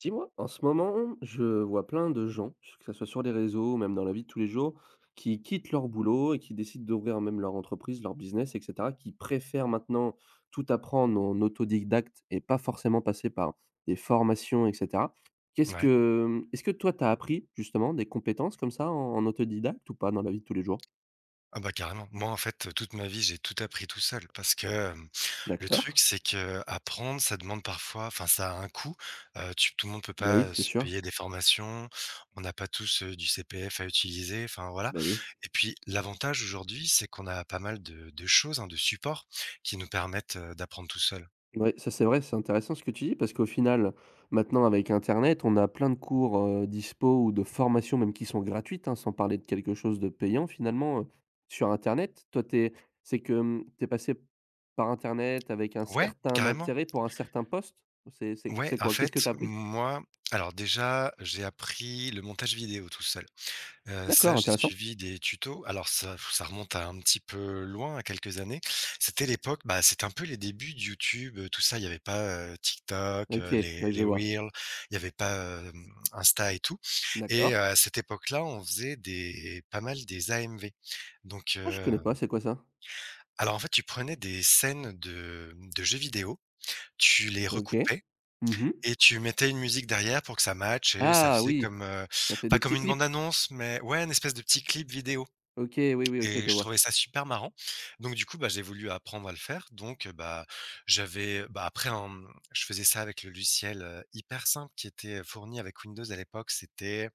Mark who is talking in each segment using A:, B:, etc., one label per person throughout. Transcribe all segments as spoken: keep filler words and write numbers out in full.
A: Dis-moi, en ce moment, je vois plein de gens, que ça soit sur les réseaux ou même dans la vie de tous les jours, qui quittent leur boulot et qui décident d'ouvrir même leur entreprise, leur business, et cetera, qui préfèrent maintenant tout apprendre en autodidacte et pas forcément passer par des formations, et cetera. Qu'est-ce
B: Ouais.
A: que est-ce que toi, tu as appris justement des compétences comme ça en en autodidacte ou pas dans la vie de tous les jours?
B: Ah bah, carrément. Moi, en fait, toute ma vie, j'ai tout appris tout seul parce que, hem, le
A: D'accord.
B: truc, c'est que apprendre, ça demande parfois enfin, ça a un coût. Heu, tu tout le monde peut
A: Bah oui,
B: pas,
A: c'est
B: se
A: sûr.
B: payer des formations. On n'a pas tous, heu, du C P F à utiliser, enfin, voilà
A: Beh oui.
B: et puis, l'avantage aujourd'hui, c'est qu'on a pas mal de de choses, hein, de supports qui nous permettent, heu, d'apprendre tout seul.
A: Ouais, ça c'est vrai, c'est intéressant ce que tu dis parce qu'au final, maintenant avec internet, on a plein de cours, heu, dispo ou de formations même qui sont gratuites, hein, sans parler de quelque chose de payant finalement, heu, sur internet. Toi, t'es, c'est que, mmh, tu es passé par internet avec un
B: Ouais,
A: certain
B: carrément.
A: intérêt pour un certain poste? C'est c'est
B: Ouais,
A: c'est
B: en
A: quoi? Qu'est-ce
B: fait,
A: que tu as appris?
B: moi alors déjà, j'ai appris le montage vidéo tout seul. Heu, ça,
A: D'accord,
B: j'ai
A: intéressant.
B: suivi des tutos. Alors ça ça remonte à un petit peu loin, à quelques années. C'était l'époque, bah, c'était un peu les débuts de YouTube, heu, tout ça. Il y avait pas, heu, TikTok,
A: OK,
B: heu, les
A: ouais, je
B: les
A: vois.
B: Reels, il y avait pas, hem, Insta et tout et
A: D'accord.
B: heu, à cette époque-là, on faisait des pas mal des A M V. Donc
A: Ah, je connais pas,
B: hem,
A: c'est quoi ça?
B: alors en fait, tu prenais des scènes de, mmh, de jeux vidéo, tu les
A: OK.
B: recoupais
A: Mmh.
B: et tu mettais une musique derrière pour que ça matche et ça
A: Ah
B: faisait
A: oui,
B: comme, heu,
A: ça fait des
B: pas comme
A: petits
B: une bande
A: clips.
B: annonce, mais ouais, une espèce de petit clip vidéo.
A: OK, oui, oui, OK,
B: Et
A: je
B: je
A: vois.
B: trouvais ça super marrant. Donc du coup, bah, j'ai voulu apprendre à le faire. Donc, heu, bah, j'avais bah, après en, mmh, je faisais ça avec le logiciel, heu, hyper simple qui était fourni avec Windows à l'époque, c'était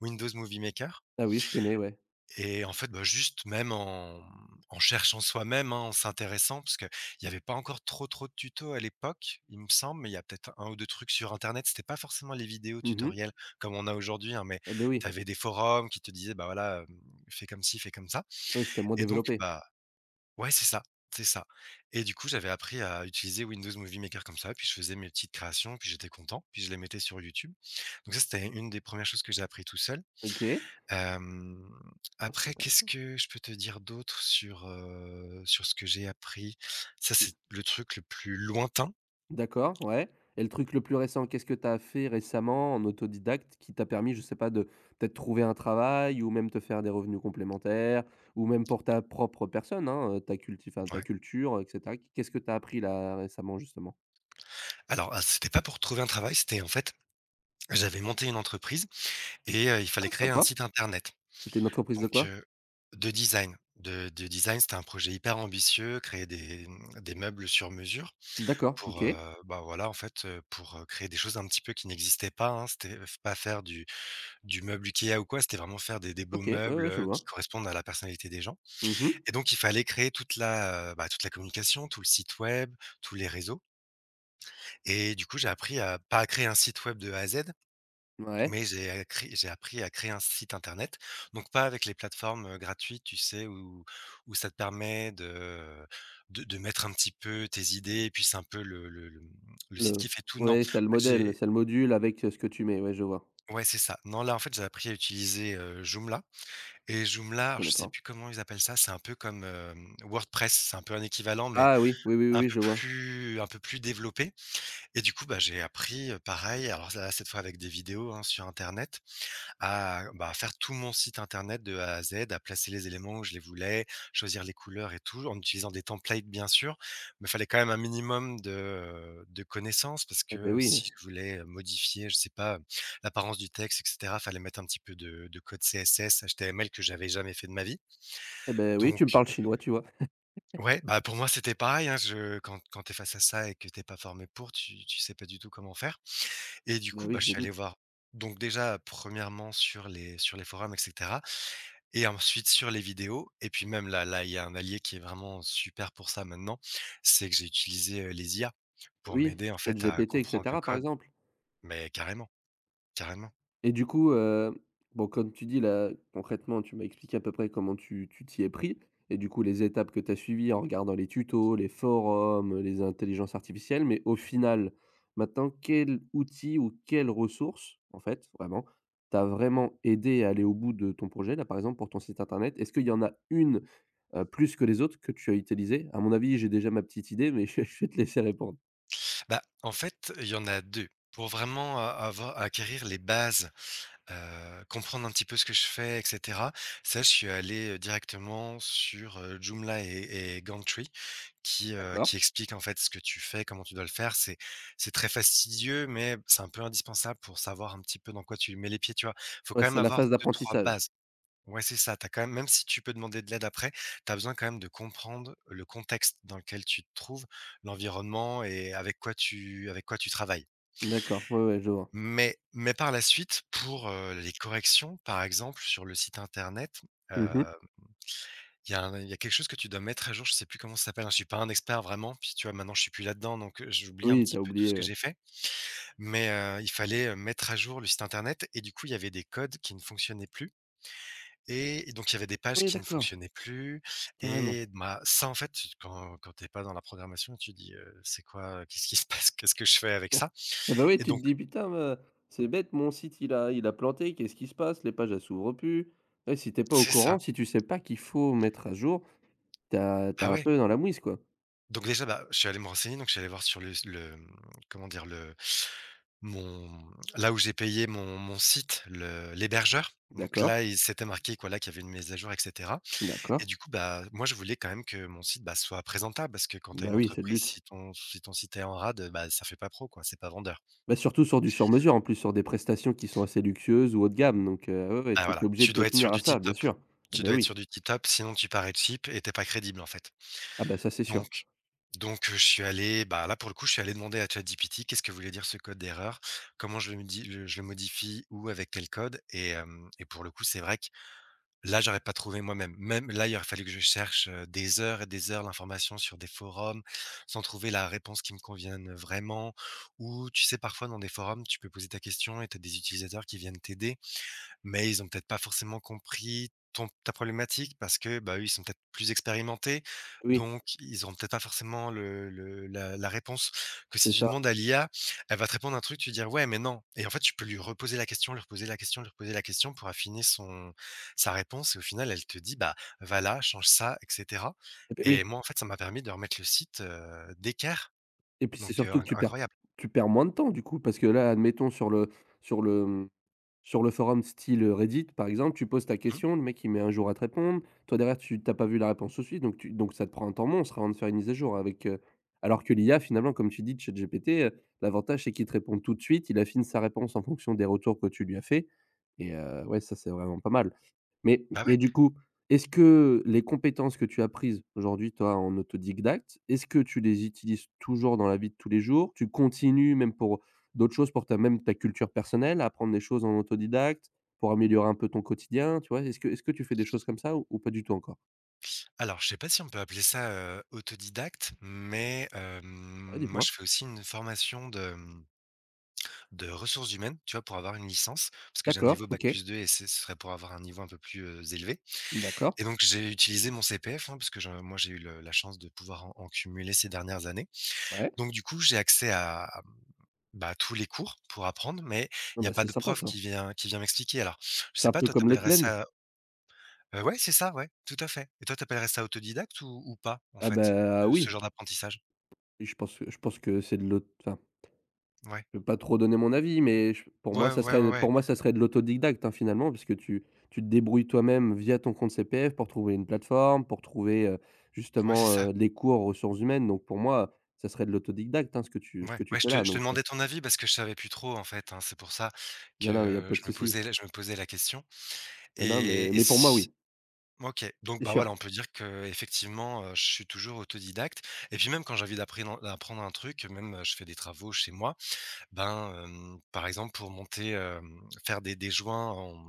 B: Windows Movie Maker
A: Ah oui, je connais, ouais.
B: et en fait, bah, juste même en, mmh, en cherchant soi-même, hein, en s'intéressant parce qu'il y avait pas encore trop, trop de tutos à l'époque, il me semble, mais il y a peut-être un ou deux trucs sur internet. C'était pas forcément les vidéos
A: Mmh mh.
B: tutoriels comme on a aujourd'hui, hein, mais
A: Ah beh,
B: tu
A: oui.
B: avais des forums qui te disaient: «Bah, voilà, hem, fais comme ci, fais comme ça»
A: Oui, c'était moins
B: et donc
A: développé.
B: bah Ouais, c'est ça, c'est ça et du coup, j'avais appris à utiliser Windows Movie Maker comme ça, puis je faisais mes petites créations, puis j'étais content, puis je les mettais sur YouTube. Donc ça, c'était une des premières choses que j'ai appris tout seul.
A: OK.
B: Hem,
A: Oh, c'est
B: Après, qu'est-ce
A: intéressant.
B: que je peux te dire d'autre sur, heu, sur ce que j'ai appris? Ça,
A: Et
B: c'est le truc le plus lointain,
A: d'accord, ouais, et le truc le plus récent, qu'est-ce que tu as fait récemment en autodidacte qui t'a permis, je sais pas, de peut-être trouver un travail ou même te faire des revenus complémentaires ou même pour ta propre personne, hein, heu, ta culti enfin, ta
B: ouais.
A: culture, et cetera? Qu'est-ce que tu as appris là récemment justement?
B: Alors, ah, c'était pas pour trouver un travail, c'était en fait, j'avais monté une entreprise et heu, il fallait
A: Ah
B: créer un
A: sympa.
B: site internet.
A: C'était une entreprise de
B: Donc
A: quoi?
B: heu, de design, de de design, c'était un projet hyper ambitieux, créer des, mmh, des meubles sur mesure
A: D'accord,
B: pour,
A: OK.
B: heu, bah, voilà, en fait, heu, pour, heu, créer des choses un petit peu qui n'existaient pas, hein. C'était f pas faire du du meuble IKEA ou quoi, c'était vraiment faire des des beaux
A: OK, ouais,
B: meubles,
A: ouais, je
B: heu, qui
A: vois.
B: correspondent à la personnalité des gens
A: Mmh.
B: et donc il fallait créer toute la, heu, bah, toute la communication, tout le site web, tous les réseaux et du coup, j'ai appris à pas à créer un site web de A à Z,
A: Ouais,
B: mais j'ai a j'ai appris à créer un site internet, donc pas avec les plateformes, heu, gratuites, tu sais, où où ça te permet de de de mettre un petit peu tes idées et puis c'est un peu le le le, mmh, le site
A: le
B: qui fait tout. Non, en
A: ouais, c'est le
B: fait,
A: modèle,
B: j'ai
A: c'est le module avec, heu, ce que tu mets, ouais, je vois.
B: ouais, c'est ça. Non, là, en fait, j'ai appris à utiliser, heu, Joomla et Joomla,
A: Je
B: alors
A: connais
B: je sais
A: pas.
B: plus comment ils appellent ça, c'est un peu comme, hem, WordPress, c'est un peu un équivalent, mais
A: Ah oui, oui, oui, oui,
B: un
A: oui,
B: peu
A: je vois.
B: plus un peu plus développé et du coup, bah, j'ai appris, heu, pareil, alors là, cette fois avec des vidéos, hein, sur internet. À bah, faire tout mon site internet de A à Z, à placer les éléments où je les voulais, choisir les couleurs et tout, en utilisant des templates bien sûr, mais il fallait quand même un minimum de, de connaissances parce
A: Eh beh,
B: que
A: oui,
B: si je voulais, modifier, je sais pas, l'apparence du texte et cetera, fallait mettre un petit peu de de code C S S, H T M L que j'avais jamais fait de ma vie.
A: eh beh, oui,
B: Donc
A: tu me parles chinois, tu vois?
B: ouais, bah, pour moi, c'était pareil, hein, je quand quand tu es face à ça et que t'es pas formé pour, tu tu sais pas du tout comment faire et du
A: Bah,
B: coup,
A: oui,
B: bah, je
A: je me
B: suis allé
A: doute.
B: voir donc déjà, premièrement sur les sur les forums et cetera. Et ensuite sur les vidéos et puis même là là, il y a un allié qui est vraiment super pour ça maintenant, c'est que j'ai utilisé, heu, les I A pour
A: Oui,
B: m'aider en fait à
A: ChatGPT et
B: comprendre le
A: cetera, par
B: code.
A: exemple.
B: Mais carrément, carrément.
A: Et du coup, heu, bon, comme tu dis là, concrètement, tu m'as expliqué à peu près comment tu tu t'y es pris et du coup, les étapes que tu as suivies en regardant les tutos, les forums, les intelligences artificielles mais au final, maintenant, quel outil ou quelle ressource, en fait, vraiment, t'a vraiment aidé à aller au bout de ton projet, là, par exemple, pour ton site internet? Est-ce qu'il y en a une heu, plus que les autres que tu as utilisées? À mon avis, j'ai déjà ma petite idée, mais je vais te laisser répondre.
B: Bah, en fait, il y en a deux. Pour vraiment a avoir acquérir les bases. Heu, comprendre un petit peu ce que je fais et cetera. Ça, je suis allé, heu, directement sur, heu, Joomla et et Gumtree qui, heu,
A: D'accord.
B: qui expliquent, en fait, ce que tu fais, comment tu dois le faire. C'est c'est très fastidieux, mais c'est un peu indispensable pour savoir un petit peu dans quoi tu mets les pieds, tu vois? Faut
A: Ouais,
B: quand même
A: c'est la
B: avoir
A: phase
B: deux trois
A: d'apprentissage.
B: bases. Ouais, c'est ça. T'as quand même, même si tu peux demander de l'aide après, tu as besoin quand même de comprendre le contexte dans lequel tu te trouves, l'environnement et avec quoi tu avec quoi tu travailles.
A: D'accord, ouais, ouais, je vois.
B: Mais mais par la suite, pour, heu, les corrections, par exemple, sur le site internet,
A: Mmh.
B: heu, il y a un il y a quelque chose que tu dois mettre à jour, je sais plus comment ça s'appelle, hein, je suis pas un expert vraiment, puis tu vois, maintenant je suis plus là-dedans, donc heu, j'oublie un
A: Oui, t'as
B: petit peu tout ce
A: oublié,
B: que
A: ouais.
B: j'ai fait. Mais heu, il fallait, heu, mettre à jour le site internet et du coup, il y avait des codes qui ne fonctionnaient plus et et donc il y avait des pages
A: Oui,
B: qui ne
A: d'accord,
B: fonctionnaient plus
A: carrément.
B: et bah, ça, en fait, tu- quand quand tu es pas dans la programmation, tu dis: «Heu, c'est quoi? euh, Qu'est-ce qui se passe? Qu'est-ce que je fais avec ça?»
A: Ah bah, oui,
B: et
A: tu te
B: donc
A: dis: «Putain, heu, c'est bête, mon site, il a il a planté, qu'est-ce qui se passe? Les pages, elles s'ouvrent plus». Ouais, si t'es pas au
B: c'est
A: courant,
B: ça.
A: si tu sais pas qu'il faut mettre à jour, t'as
B: Ah
A: t'as un
B: ouais.
A: peu dans la mouise, quoi.
B: Donc déjà, bah, je suis allé me renseigner, donc je suis allé voir sur le le, mmh, comment dire? Le mon là où j'ai payé mon mon site, le l'hébergeur. Donc
A: D'accord,
B: là, il s'était marqué quoi là qu'il y avait une mise à jour et cetera et
A: d'accord.
B: du coup, bah, moi, je voulais quand même que mon site, bah, soit présentable parce que quand tu as
A: Bah,
B: une
A: oui, c'est le
B: entreprise,
A: but.
B: si ton si ton site est en rade, bah, ça fait pas pro, quoi, c'est pas vendeur.
A: Bah, surtout sur du sur-mesure, en plus, sur des prestations qui sont assez luxueuses ou haut de gamme, donc heu, ouais, ouais,
B: Ah
A: tu es
B: voilà,
A: obligé de
B: tu
A: te
B: dois être sur
A: tenir à
B: du
A: ça,
B: tip
A: bien
B: top.
A: sûr. Eh
B: Tu
A: beh,
B: dois être
A: oui.
B: sur du tip top, sinon tu parais cheap et t'es pas crédible, en fait.
A: Ah bah, ça, c'est sûr.
B: Donc donc, heu, je suis allé, bah, là, pour le coup, je suis allé demander à ChatGPT: «Qu'est-ce que voulait dire ce code d'erreur? Comment je le modi le je le modifie ou avec quel code?» et hem et pour le coup, c'est vrai que là, j'aurais pas trouvé moi-même. Même là, il aurait fallu que je cherche, heu, des heures et des heures l'information sur des forums, sans trouver la réponse qui me convienne vraiment. Ou tu sais, parfois, dans des forums, tu peux poser ta question et tu as des utilisateurs qui viennent t'aider. Mais ils ont peut-être pas forcément compris ton ta problématique parce que, bah, eux, ils sont peut-être plus expérimentés,
A: Oui,
B: donc ils auront peut-être pas forcément le le la la réponse que si
A: c'est
B: tu
A: ça.
B: demandes à l'I A, elle va te répondre un truc, tu vas dire: «Ouais, mais non» et en fait, tu peux lui reposer la question, lui reposer la question, lui reposer la question pour affiner son sa réponse et au final, elle te dit: «Bah, va là, change ça» et cetera
A: Eh beh,
B: et
A: oui
B: moi, en fait, ça m'a permis de remettre le site, heu, d'équerre
A: et puis, c'est
B: donc heu,
A: surtout que tu perds
B: incroyable.
A: tu perds moins de temps, du coup, parce que là, admettons sur le sur le, mmh sur le forum style, Reddit, par exemple, tu poses ta
B: Mmh.
A: question, le mec il met un jour à te répondre. Toi derrière, tu t'as pas vu la réponse tout de suite, donc tu donc ça te prend un temps monstre avant de faire une mise à jour avec, heu alors que l'I A finalement, comme tu dis, ChatGPT, heu, l'avantage c'est qu'il te répond tout de suite, il affine sa réponse en fonction des retours que tu lui as fait et heu, ouais, ça c'est vraiment pas mal. Mais
B: Bah,
A: et
B: ouais.
A: du coup, est-ce que les compétences que tu as prises aujourd'hui, toi, en autodidacte, est-ce que tu les utilises toujours dans la vie de tous les jours? Tu continues même pour d'autres choses, pour ta même ta culture personnelle, à apprendre des choses en autodidacte, pour améliorer un peu ton quotidien, tu vois? Est-ce que est-ce que tu fais des choses comme ça ou ou pas du tout encore?
B: Alors, je sais pas si on peut appeler ça, heu, autodidacte, mais hem,
A: Ouais,
B: moi,
A: dis-moi.
B: je fais aussi une formation de, mmh, de ressources humaines, tu vois? Pour avoir une licence, parce que j'ai un
A: D'accord,
B: niveau bac
A: OK,
B: plus deux, et ce ce serait pour avoir un niveau un peu plus, heu, élevé
A: d'accord,
B: et donc j'ai utilisé mon C P F, hein, parce que je moi, j'ai eu le la chance de pouvoir en en cumuler ces dernières années
A: ouais.
B: donc du coup, j'ai accès à, mmh, bah, tous les cours pour apprendre mais
A: Ah
B: il n'y a
A: bah,
B: pas
A: c'est
B: de
A: sympa
B: prof
A: ça.
B: qui vient qui vient m'expliquer. Alors, je
A: C'est
B: sais
A: un
B: pas,
A: peu
B: toi, tu
A: comme
B: appellerais
A: l'Outland?
B: ça, Heu, ouais, c'est ça, ouais, tout à fait et toi, tu appellerais ça autodidacte ou ou pas, en
A: Ah
B: fait,
A: bah,
B: heu,
A: oui,
B: ce genre d'apprentissage?
A: je pense que je pense que c'est de l'aut enfin
B: Ouais.
A: je peux pas trop donner mon avis, mais je pour moi,
B: Ouais,
A: ça
B: ouais, ouais,
A: serait
B: ouais.
A: pour moi, ça serait de l'autodidacte, hein, finalement, puisque tu tu te débrouilles toi-même via ton compte C P F pour trouver une plateforme, pour trouver, heu,
B: Ouais, c'est
A: justement,
B: ça.
A: heu, les cours ressources humaines. Donc pour moi, ça serait de l'autodidacte, hein, ce que tu ce
B: Ouais,
A: que tu
B: ouais, je
A: fais
B: te
A: là,
B: je te
A: donc heu,
B: demandais ton avis parce que je savais plus trop, en fait, hein. C'est pour ça
A: non, non, il n'y a
B: que
A: pas de
B: je me
A: souci.
B: posais la je me posais la question
A: Non, non, mais
B: et et
A: mais pour moi,
B: si
A: oui,
B: OK, donc
A: c'est
B: bah,
A: sûr.
B: voilà, on peut dire qu'effectivement, heu, je suis toujours autodidacte et puis même quand j'ai envie d'appréhen d'apprendre un truc, même, heu, je fais des travaux chez moi, ben, hem, par exemple, pour monter, hem, faire des des joints en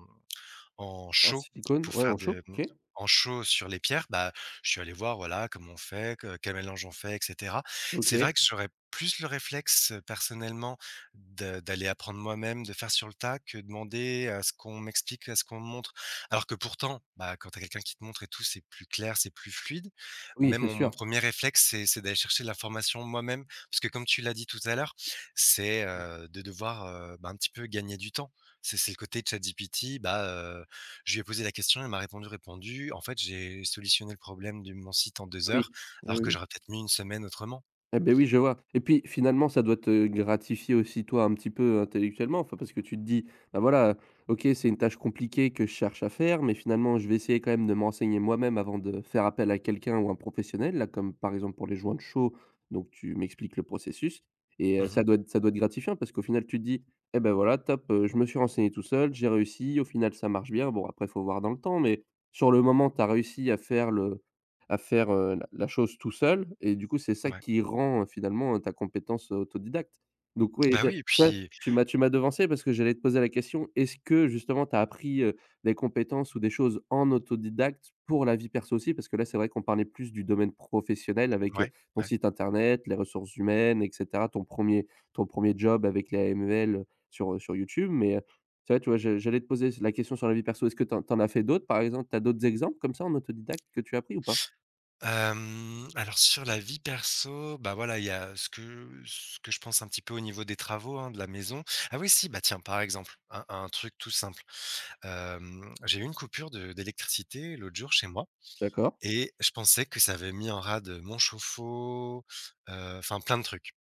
B: en
A: En
B: show
A: silicone,
B: pour
A: ouais, en
B: faire
A: chaud,
B: de mmh,
A: OK.
B: en show sur les pierres, bah, je suis allé voir, voilà, comment on fait, que quel mélange on fait et cetera. C'est vrai
A: OK.
B: que j'aurais plus le réflexe, heu, personnellement de d'aller apprendre moi-même, de faire sur le tas que demander à ce qu'on m'explique, à ce qu'on me montre. Alors que pourtant, bah, quand tu as quelqu'un qui te montre et tout, c'est plus clair, c'est plus fluide.
A: Oui,
B: Même
A: c'est
B: mon mon
A: sûr.
B: premier réflexe, c'est c'est d'aller chercher l'information moi-même parce que comme tu l'as dit tout à l'heure, c'est, heu, de devoir, heu, bah, un petit peu gagner du temps. C'est c'est le côté ChatGPT, bah, je lui ai posé la question, elle m'a répondu, répondu. En fait, j'ai solutionné le problème de mon site en deux
A: Oui.
B: heures,
A: Oui,
B: alors que
A: oui.
B: j'aurais peut-être mis une semaine autrement.
A: Eh ben oui, je vois et puis finalement, ça doit te gratifier aussi toi un petit peu intellectuellement, enfin, parce que tu te dis: «Bah, voilà, OK, c'est une tâche compliquée que je cherche à faire, mais finalement, je vais essayer quand même de m'enseigner moi-même avant de faire appel à quelqu'un ou un professionnel», là, comme par exemple pour les joints de chaud, donc tu m'expliques le processus et heu,
B: Mmh.
A: ça doit être ça doit être gratifiant parce qu'au final, tu te dis: «Eh ben voilà, top, heu, je me suis renseigné tout seul, j'ai réussi, au final, ça marche bien». Bon, après, il faut voir dans le temps, mais sur le moment, tu as réussi à faire le à faire, heu, la la chose tout seul et du coup, c'est ça
B: Ouais.
A: qui rend, heu, finalement, ta compétence autodidacte. Donc oui,
B: Bah,
A: j'ai
B: oui et
A: ouais,
B: puis
A: tu m'as tu m'as devancé parce que j'allais te poser la question, est-ce que justement tu as appris, heu, des compétences ou des choses en autodidacte pour la vie perso aussi? Parce que là, c'est vrai qu'on parlait plus du domaine professionnel avec, heu,
B: ouais,
A: ton
B: ouais.
A: site internet, les ressources humaines et cetera, ton premier ton premier job avec les A M L, heu, sur, sur YouTube. Mais, heu, c'est vrai, tu vois, je j'allais te poser la question sur la vie perso. Est-ce que tu tu en as fait d'autres, par exemple? Tu as d'autres exemples comme ça en autodidacte que tu as appris ou pas?
B: Hem, alors sur la vie perso, bah, voilà, il y a ce que ce que je pense un petit peu au niveau des travaux, hein, de la maison. Ah oui si, bah, tiens, par exemple, un un truc tout simple. Hem, j'ai eu une coupure de d'électricité l'autre jour chez moi
A: D'accord.
B: et je pensais que ça avait mis en rade mon chauffe-eau, heu, enfin plein de trucs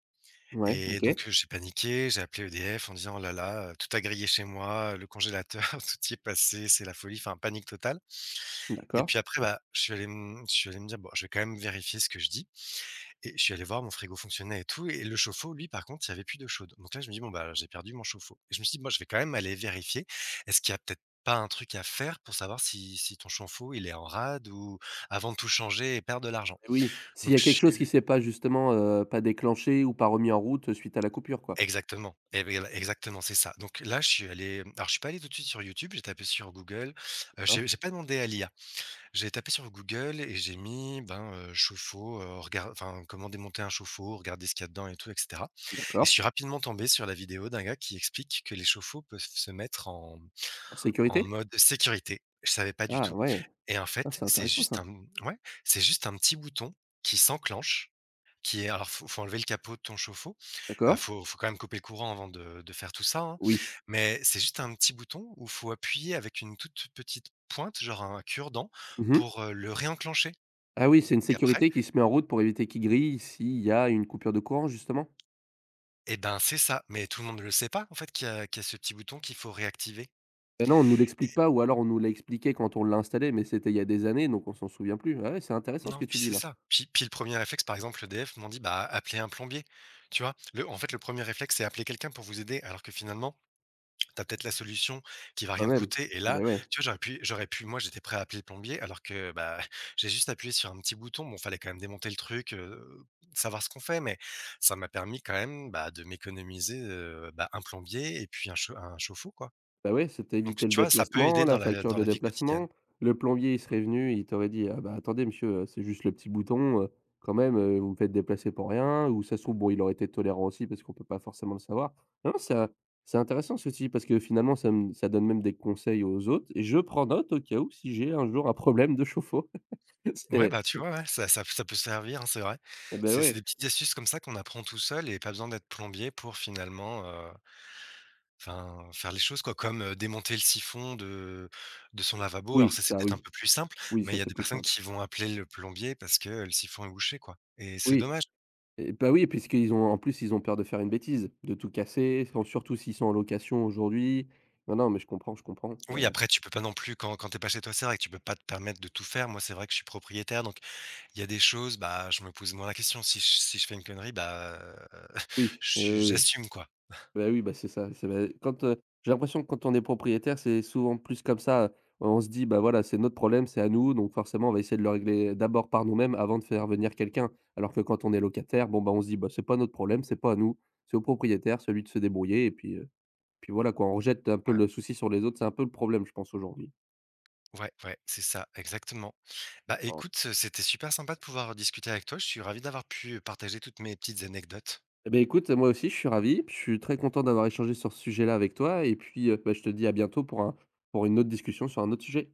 A: Ouais,
B: et
A: OK.
B: donc heu, j'ai paniqué, j'ai appelé E D F en disant: «Oh là là, heu, tout a grillé chez moi, le congélateur, tout y est passé, c'est la folie», enfin panique totale et
A: D'accord.
B: puis après, bah, je suis allé m je suis allé me dire: «Bon, je vais quand même vérifier ce que je dis». Et je suis allé voir, mon frigo fonctionnait et tout, et le chauffe-eau, lui, par contre, il y avait plus d'eau chaude. Donc là, je me dis: «Bon, bah, j'ai perdu mon chauffe-eau» et je me suis dit: «Moi, je vais quand même aller vérifier. Est-ce qu'il y a peut-être pas un truc à faire pour savoir si si ton chauffe-eau, il est en rade ou avant de tout changer et perdre de l'argent?»
A: Et oui, s'il y
B: donc
A: a
B: je
A: quelque chose qui
B: suis
A: s'est pas justement, heu, pas déclenché ou pas remis en route suite à la coupure, quoi?
B: Exactement, et beh, voilà, exactement, c'est ça. Donc là, je suis allé, alors je suis pas allé tout de suite sur YouTube, j'ai tapé sur Google, heu,
A: D'accord,
B: j'ai j'ai pas demandé à l'I A. J'ai tapé sur Google et j'ai mis, ben, heu, chauffe-eau, heu, regar enfin, comment démonter un chauffe-eau, regarder ce qu'il y a dedans et tout et cetera, et je
A: d'accord.
B: suis rapidement tombé sur la vidéo d'un gars qui explique que les chauffe-eau peuvent se mettre en
A: En
B: en
A: sécurité?
B: mode sécurité. Je savais pas du
A: Ah
B: tout
A: ouais,
B: et en
A: ah
B: fait,
A: c'est
B: c'est
A: intéressant
B: juste
A: ça.
B: un ouais, c'est juste un petit bouton qui s'enclenche, qui est, alors faut faut enlever le capot de ton chauffe-eau. Ah,
A: D'accord.
B: faut faut quand même couper le courant avant de de faire tout ça, hein,
A: Oui.
B: mais c'est juste un petit bouton où il faut appuyer avec une toute petite pointe, genre un cure-dent
A: Mmh.
B: pour, heu, le réenclencher
A: Ah oui, c'est une
B: et après.
A: sécurité qui se met en route pour éviter qu'il grille s'il y a une coupure de courant justement?
B: Et ben, c'est ça, mais tout le monde ne le sait pas en fait qu'il y a qu'il y a ce petit bouton qu'il faut réactiver.
A: Bah non, on nous l'explique pas ou alors on nous l'a expliqué quand on l'a installé, mais c'était il y a des années, donc on s'en souvient plus. Ah ouais, c'est intéressant ce
B: Non,
A: que tu
B: puis
A: dis
B: c'est
A: là.
B: ça, puis puis le premier réflexe, par exemple, le E D F m'ont dit: «Bah, appelez un plombier», tu vois? Le, en fait, le premier réflexe, c'est appeler quelqu'un pour vous aider alors que finalement t'as peut-être la solution qui va
A: Quand
B: rien te
A: même.
B: coûter. Et
A: Ah
B: là,
A: ben ouais.
B: tu vois, j'aurais pu j'aurais pu, moi j'étais prêt à appeler le plombier alors que, bah, j'ai juste appuyé sur un petit bouton. Bon, fallait quand même démonter le truc, heu, savoir ce qu'on fait, mais ça m'a permis quand même, bah, de m'économiser, heu, bah, un plombier et puis un chau un chauffe-eau, quoi.
A: Bah, ouais, ça t'a
B: Donc
A: évité le
B: tu vois, ça peut
A: déplacement,
B: aider dans
A: la
B: la
A: facture
B: dans
A: de
B: la vie quotidienne.
A: déplacement. Le plombier, il serait venu, il t'aurait dit: «Ah bah, attendez monsieur, heu, c'est juste le petit bouton, heu, quand même, heu, vous me faites déplacer pour rien» ou ça se trouve, bon, il aurait été tolérant aussi parce qu'on peut pas forcément le savoir. Non, ça c'est intéressant ce que tu dis parce que finalement ça me ça donne même des conseils aux autres et je prends note au cas où si j'ai un jour un problème de chauffe-eau.
B: Ouais,
A: C'est
B: bah, tu vois, ouais, ça ça ça peut servir, hein, c'est vrai.
A: et beh,
B: C'est c'est
A: ouais.
B: des petites astuces comme ça qu'on apprend tout seul, et pas besoin d'être plombier pour finalement, enfin, faire les choses quoi, comme, heu, démonter le siphon de de son lavabo. Alors
A: Oui,
B: ça, c'est
A: ça
B: peut-être un
A: oui.
B: peu plus simple,
A: Oui,
B: mais
A: ça
B: il y a
A: c'est
B: des
A: plus
B: personnes
A: simple.
B: qui vont appeler le plombier parce que, heu, le siphon est bouché quoi, et c'est
A: Oui.
B: dommage.
A: Et bah, oui, puisqu'ils ont en plus, ils ont peur de faire une bêtise, de tout casser, sans surtout s'ils sont en location aujourd'hui. Non, non, mais je comprends, je comprends. Bah,
B: Oui, après tu peux pas non plus quand quand t'es pas chez toi, c'est vrai que tu peux pas te permettre de tout faire. Moi, c'est vrai que je suis propriétaire, donc il y a des choses, bah, je me pose moins la question. Si je si je fais une connerie, bah, heu,
A: oui,
B: je
A: oui,
B: suis
A: oui, oui.
B: j'assume quoi.
A: Bah, oui, bah, c'est ça, c'est bah, quand, heu, j'ai l'impression que quand on est propriétaire, c'est souvent plus comme ça. On se dit: «Bah, voilà, c'est notre problème, c'est à nous, donc forcément, on va essayer de le régler d'abord par nous-mêmes avant de faire venir quelqu'un». Alors que quand on est locataire, bon, bah, on se dit: «Bah, c'est pas notre problème, c'est pas à nous, c'est au propriétaire, celui de se débrouiller» et puis, heu, puis voilà quoi, on rejette un peu
B: Ouais,
A: le souci sur les autres, c'est un peu le problème, je pense, aujourd'hui.
B: ouais, ouais, c'est ça, exactement. Bah, écoute, c'était super sympa de pouvoir discuter avec toi. Je suis ravi d'avoir pu partager toutes mes petites anecdotes.
A: Eh beh, écoute, moi aussi, je suis ravi. Je suis très content d'avoir échangé sur ce sujet-là avec toi et puis, heu, bah, je te dis à bientôt pour un pour une autre discussion sur un autre sujet.